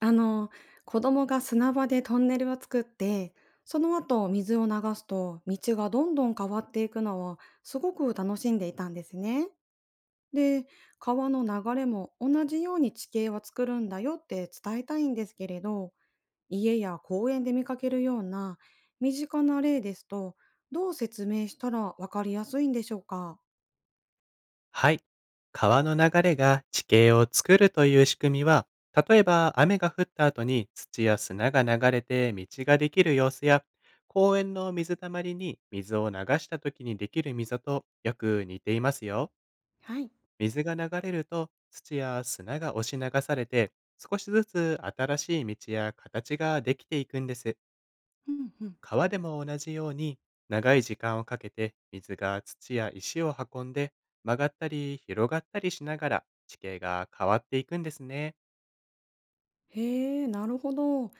あの、子供が砂場でトンネルを作って、その後水を流すと道がどんどん変わっていくのをすごく楽しんでいたんですね。で、川の流れも同じように地形は作るんだよって伝えたいんですけれど、家や公園で見かけるような身近な例ですと、どう説明したらわかりやすいんでしょうか？はい。川の流れが地形を作るという仕組みは、例えば雨が降った後に土や砂が流れて道ができる様子や、公園の水たまりに水を流した時にできる溝とよく似ていますよ。はい。水が流れると土や砂が押し流されて、少しずつ新しい道や形ができていくんです。うんうん。川でも同じように長い時間をかけて水が土や石を運んで曲がったり広がったりしながら地形が変わっていくんですね。へえ、なるほど。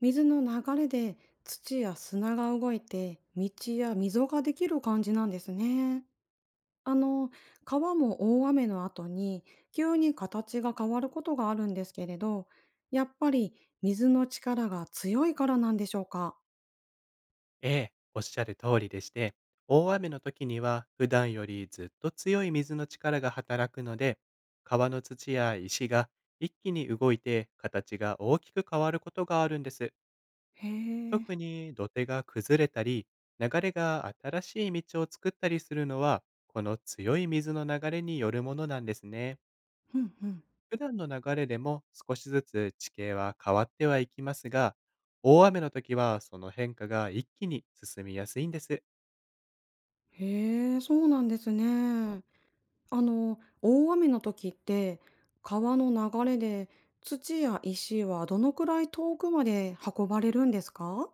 水の流れで土や砂が動いて道や溝ができる感じなんですね。あの、川も大雨の後に急に形が変わることがあるんですけれど、やっぱり水の力が強いからなんでしょうか。ええ、おっしゃる通りでして、大雨の時には普段よりずっと強い水の力が働くので、川の土や石が一気に動いて形が大きく変わることがあるんです。へえ。特に土手が崩れたり、流れが新しい道を作ったりするのは、この強い水の流れによるものなんですね。うんうん。普段の流れでも少しずつ地形は変わってはいきますが、大雨の時はその変化が一気に進みやすいんです。へえ、そうなんですね。あの、大雨の時って、川の流れで土や石はどのくらい遠くまで運ばれるんですか？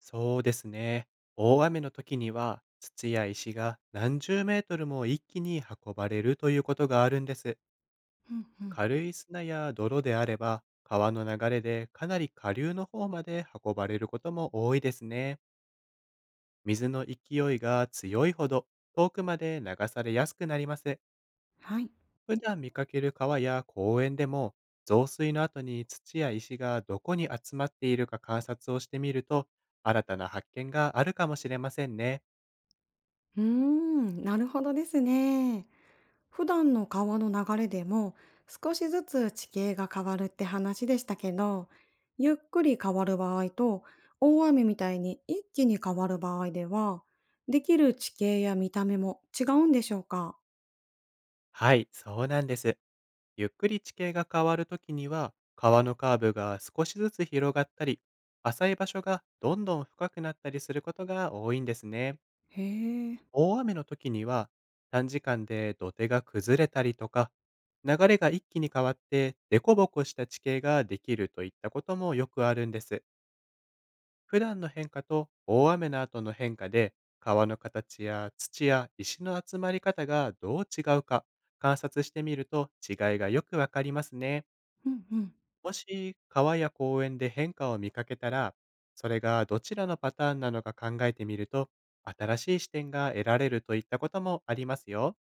そうですね。大雨の時には土や石が何十メートルも一気に運ばれるということがあるんです。うんうん。軽い砂や泥であれば、川の流れでかなり下流の方まで運ばれることも多いですね。水の勢いが強いほど、遠くまで流されやすくなります。はい。普段見かける川や公園でも、増水の後に土や石がどこに集まっているか観察をしてみると、新たな発見があるかもしれませんね。うーん、なるほどですね。普段の川の流れでも少しずつ地形が変わるって話でしたけど、ゆっくり変わる場合と大雨みたいに一気に変わる場合では、できる地形や見た目も違うんでしょうか？はい、そうなんです。ゆっくり地形が変わるときには、川のカーブが少しずつ広がったり、浅い場所がどんどん深くなったりすることが多いんですね。へえ。大雨の時には、短時間で土手が崩れたりとか、流れが一気に変わってデコボコした地形ができるといったこともよくあるんです。普段の変化と大雨の後の変化で、川の形や土や石の集まり方がどう違うか、観察してみると違いがよくわかりますね。うんうん。もし川や公園で変化を見かけたら、それがどちらのパターンなのか考えてみると、新しい視点が得られるといったこともありますよ。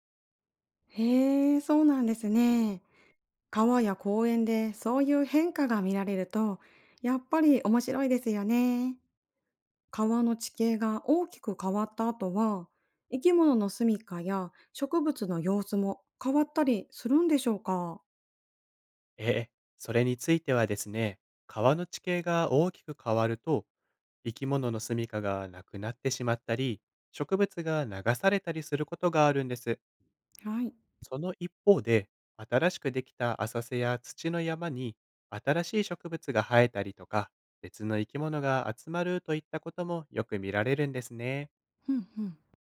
へえ、そうなんですね。川や公園でそういう変化が見られると、やっぱり面白いですよね。川の地形が大きく変わった後は、生き物の住みかや植物の様子も変わったりするんでしょうか？ええ、それについてはですね、川の地形が大きく変わると、生き物の住処がなくなってしまったり、植物が流されたりすることがあるんです。はい。その一方で、新しくできた浅瀬や土の山に新しい植物が生えたりとか、別の生き物が集まるといったこともよく見られるんですね。うんうん。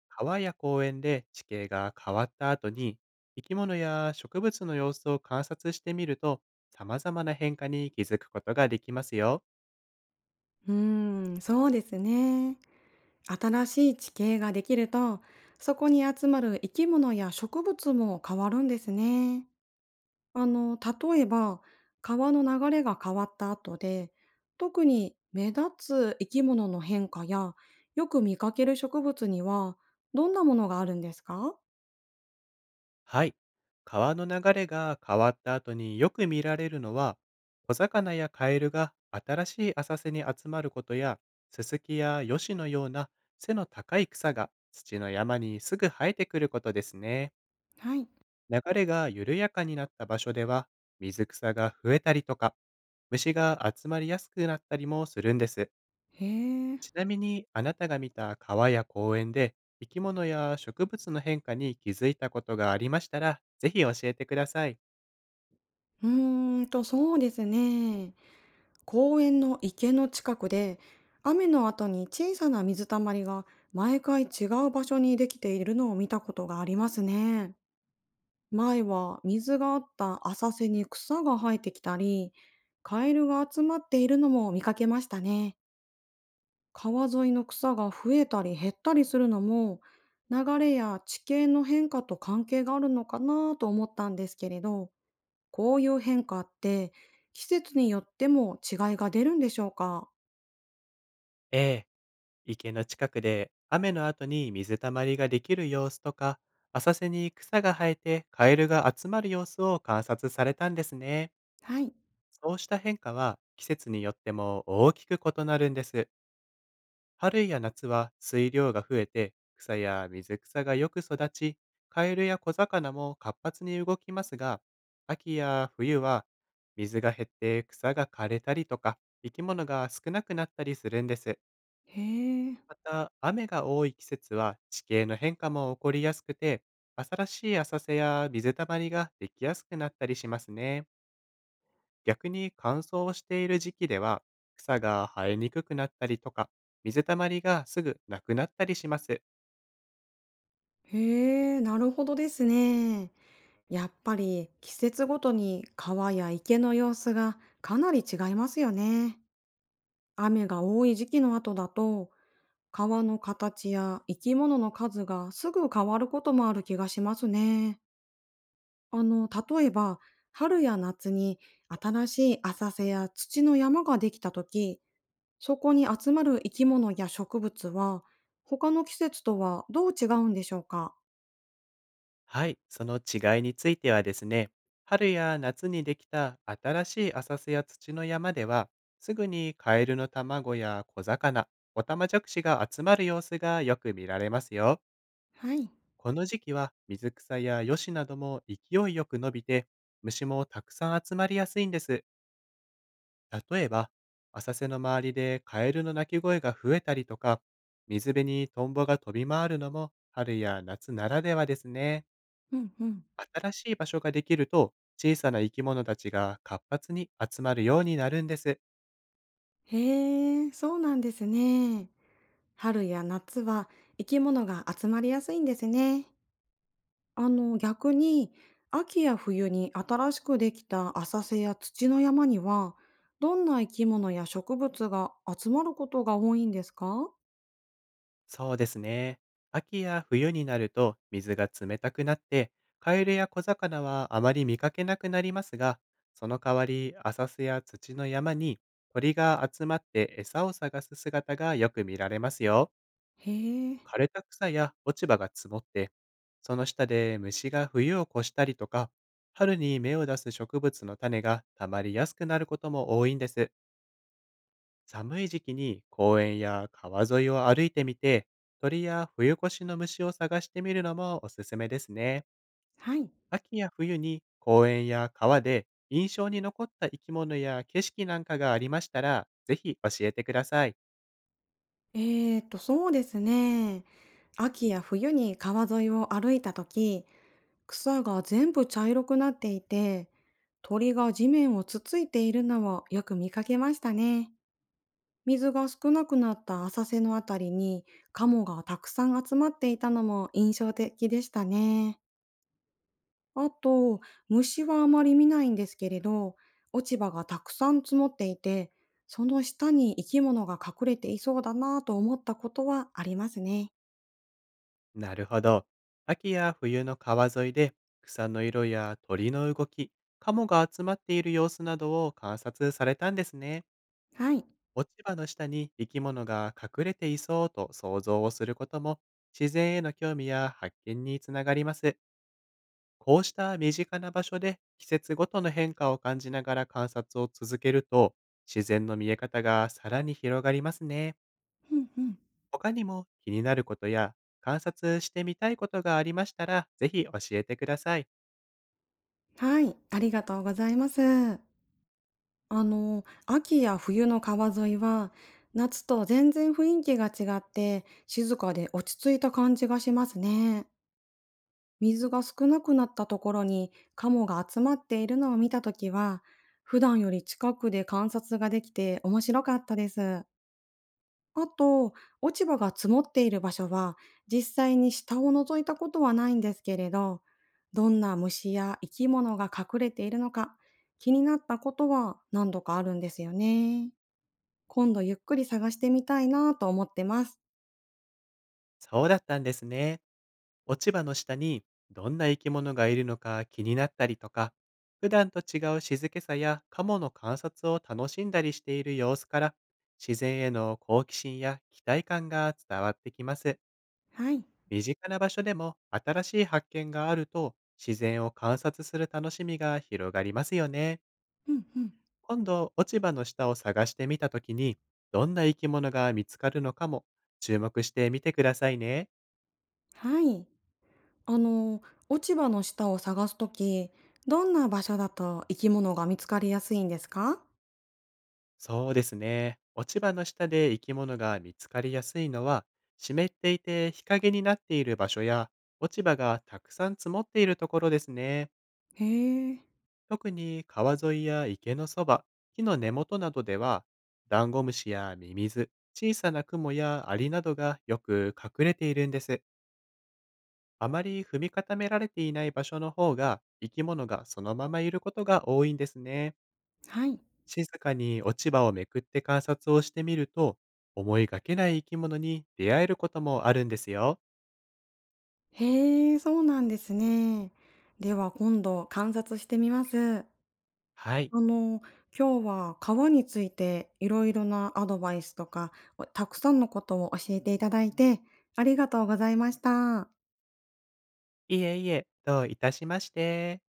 川や公園で地形が変わった後に、生き物や植物の様子を観察してみると、様々な変化に気づくことができますよ。うーん、そうですね。新しい地形ができると、そこに集まる生き物や植物も変わるんですね。あの、例えば、川の流れが変わった後で、特に目立つ生き物の変化や、よく見かける植物には、どんなものがあるんですか？はい。川の流れが変わった後によく見られるのは、小魚やカエルが新しい浅瀬に集まることや、ススキやヨシのような背の高い草が土の山にすぐ生えてくることですね。はい。流れが緩やかになった場所では、水草が増えたりとか、虫が集まりやすくなったりもするんです。へえ。ちなみに、あなたが見た川や公園で、生き物や植物の変化に気づいたことがありましたら、ぜひ教えてください。うーんと、そうですね。公園の池の近くで、雨の後に小さな水たまりが毎回違う場所にできているのを見たことがありますね。前は水があった浅瀬に草が生えてきたり、カエルが集まっているのも見かけましたね。川沿いの草が増えたり減ったりするのも、流れや地形の変化と関係があるのかなと思ったんですけれど、こういう変化って季節によっても違いが出るんでしょうか？ええ、池の近くで雨の後に水たまりができる様子とか、浅瀬に草が生えてカエルが集まる様子を観察されたんですね。はい。そうした変化は季節によっても大きく異なるんです。春や夏は水量が増えて草や水草がよく育ち、カエルや小魚も活発に動きますが、秋や冬は水が減って草が枯れたりとか、生き物が少なくなったりするんです。へえ。また、雨が多い季節は地形の変化も起こりやすくて、新しい浅瀬や水たまりができやすくなったりしますね。逆に乾燥をしている時期では、草が生えにくくなったりとか、水たまりがすぐなくなったりします。へえ、なるほどですね。やっぱり季節ごとに川や池の様子がかなり違いますよね。雨が多い時期の後だと川の形や生き物の数がすぐ変わることもある気がしますね。あの、例えば春や夏に新しい浅瀬や土の山ができた時、そこに集まる生き物や植物は他の季節とはどう違うんでしょうか？はい、その違いについてはですね、春や夏にできた新しい浅瀬や土の山では、すぐにカエルの卵や小魚、オタマジャクシが集まる様子がよく見られますよ。はい。この時期は水草やヨシなども勢いよく伸びて、虫もたくさん集まりやすいんです。例えば、浅瀬の周りでカエルの鳴き声が増えたりとか、水辺にトンボが飛び回るのも春や夏ならではですね。うんうん。新しい場所ができると、小さな生き物たちが活発に集まるようになるんです。へえ、そうなんですね。春や夏は生き物が集まりやすいんですね。あの逆に秋や冬に新しくできた浅瀬や土の山にはどんな生き物や植物が集まることが多いんですか？そうですね。秋や冬になると水が冷たくなって、カエルや小魚はあまり見かけなくなりますが、その代わり浅瀬や土の山に鳥が集まって餌を探す姿がよく見られますよ。へえ。枯れた草や落ち葉が積もって、その下で虫が冬を越したりとか、春に芽を出す植物の種がたまりやすくなることも多いんです。寒い時期に公園や川沿いを歩いてみて、鳥や冬越しの虫を探してみるのもおすすめですね。はい。秋や冬に公園や川で印象に残った生き物や景色なんかがありましたら、ぜひ教えてください。そうですね。秋や冬に川沿いを歩いた時、草が全部茶色くなっていて鳥が地面をつついているのをよく見かけましたね。水が少なくなった浅瀬のあたりにカモがたくさん集まっていたのも印象的でしたね。あと、虫はあまり見ないんですけれど、落ち葉がたくさん積もっていて、その下に生き物が隠れていそうだなぁと思ったことはありますね。なるほど。秋や冬の川沿いで、草の色や鳥の動き、カモが集まっている様子などを観察されたんですね。はい。落ち葉の下に生き物が隠れていそうと想像をすることも、自然への興味や発見につながります。こうした身近な場所で季節ごとの変化を感じながら観察を続けると、自然の見え方がさらに広がりますね。うんうん。他にも気になることや観察してみたいことがありましたら、ぜひ教えてください。はい、ありがとうございます。あの、秋や冬の川沿いは、夏と全然雰囲気が違って、静かで落ち着いた感じがしますね。水が少なくなったところにカモが集まっているのを見たときは、普段より近くで観察ができて面白かったです。あと、落ち葉が積もっている場所は実際に下を覗いたことはないんですけれど、どんな虫や生き物が隠れているのか気になったことは何度かあるんですよね。今度ゆっくり探してみたいなと思ってます。そうだったんですね。落ち葉の下にどんな生き物がいるのか気になったりとか、普段と違う静けさやカモの観察を楽しんだりしている様子から、自然への好奇心や期待感が伝わってきます。はい。身近な場所でも新しい発見があると、自然を観察する楽しみが広がりますよね。うんうん。今度、落ち葉の下を探してみたときに、どんな生き物が見つかるのかも注目してみてくださいね。はい。あの、落ち葉の下を探すとき、どんな場所だと生き物が見つかりやすいんですか？そうですね。落ち葉の下で生き物が見つかりやすいのは、湿っていて日陰になっている場所や、落ち葉がたくさん積もっているところですね。へえ。特に川沿いや池のそば、木の根元などでは、ダンゴムシやミミズ、小さな雲やアリなどがよく隠れているんです。あまり踏み固められていない場所の方が、生き物がそのままいることが多いんですね。はい。静かに落ち葉をめくって観察をしてみると、思いがけない生き物に出会えることもあるんですよ。へえ、そうなんですね。では今度観察してみます。はい。あの、今日は川についていろいろなアドバイスとか、たくさんのことを教えていただいて、ありがとうございました。いえいえ、どういたしまして。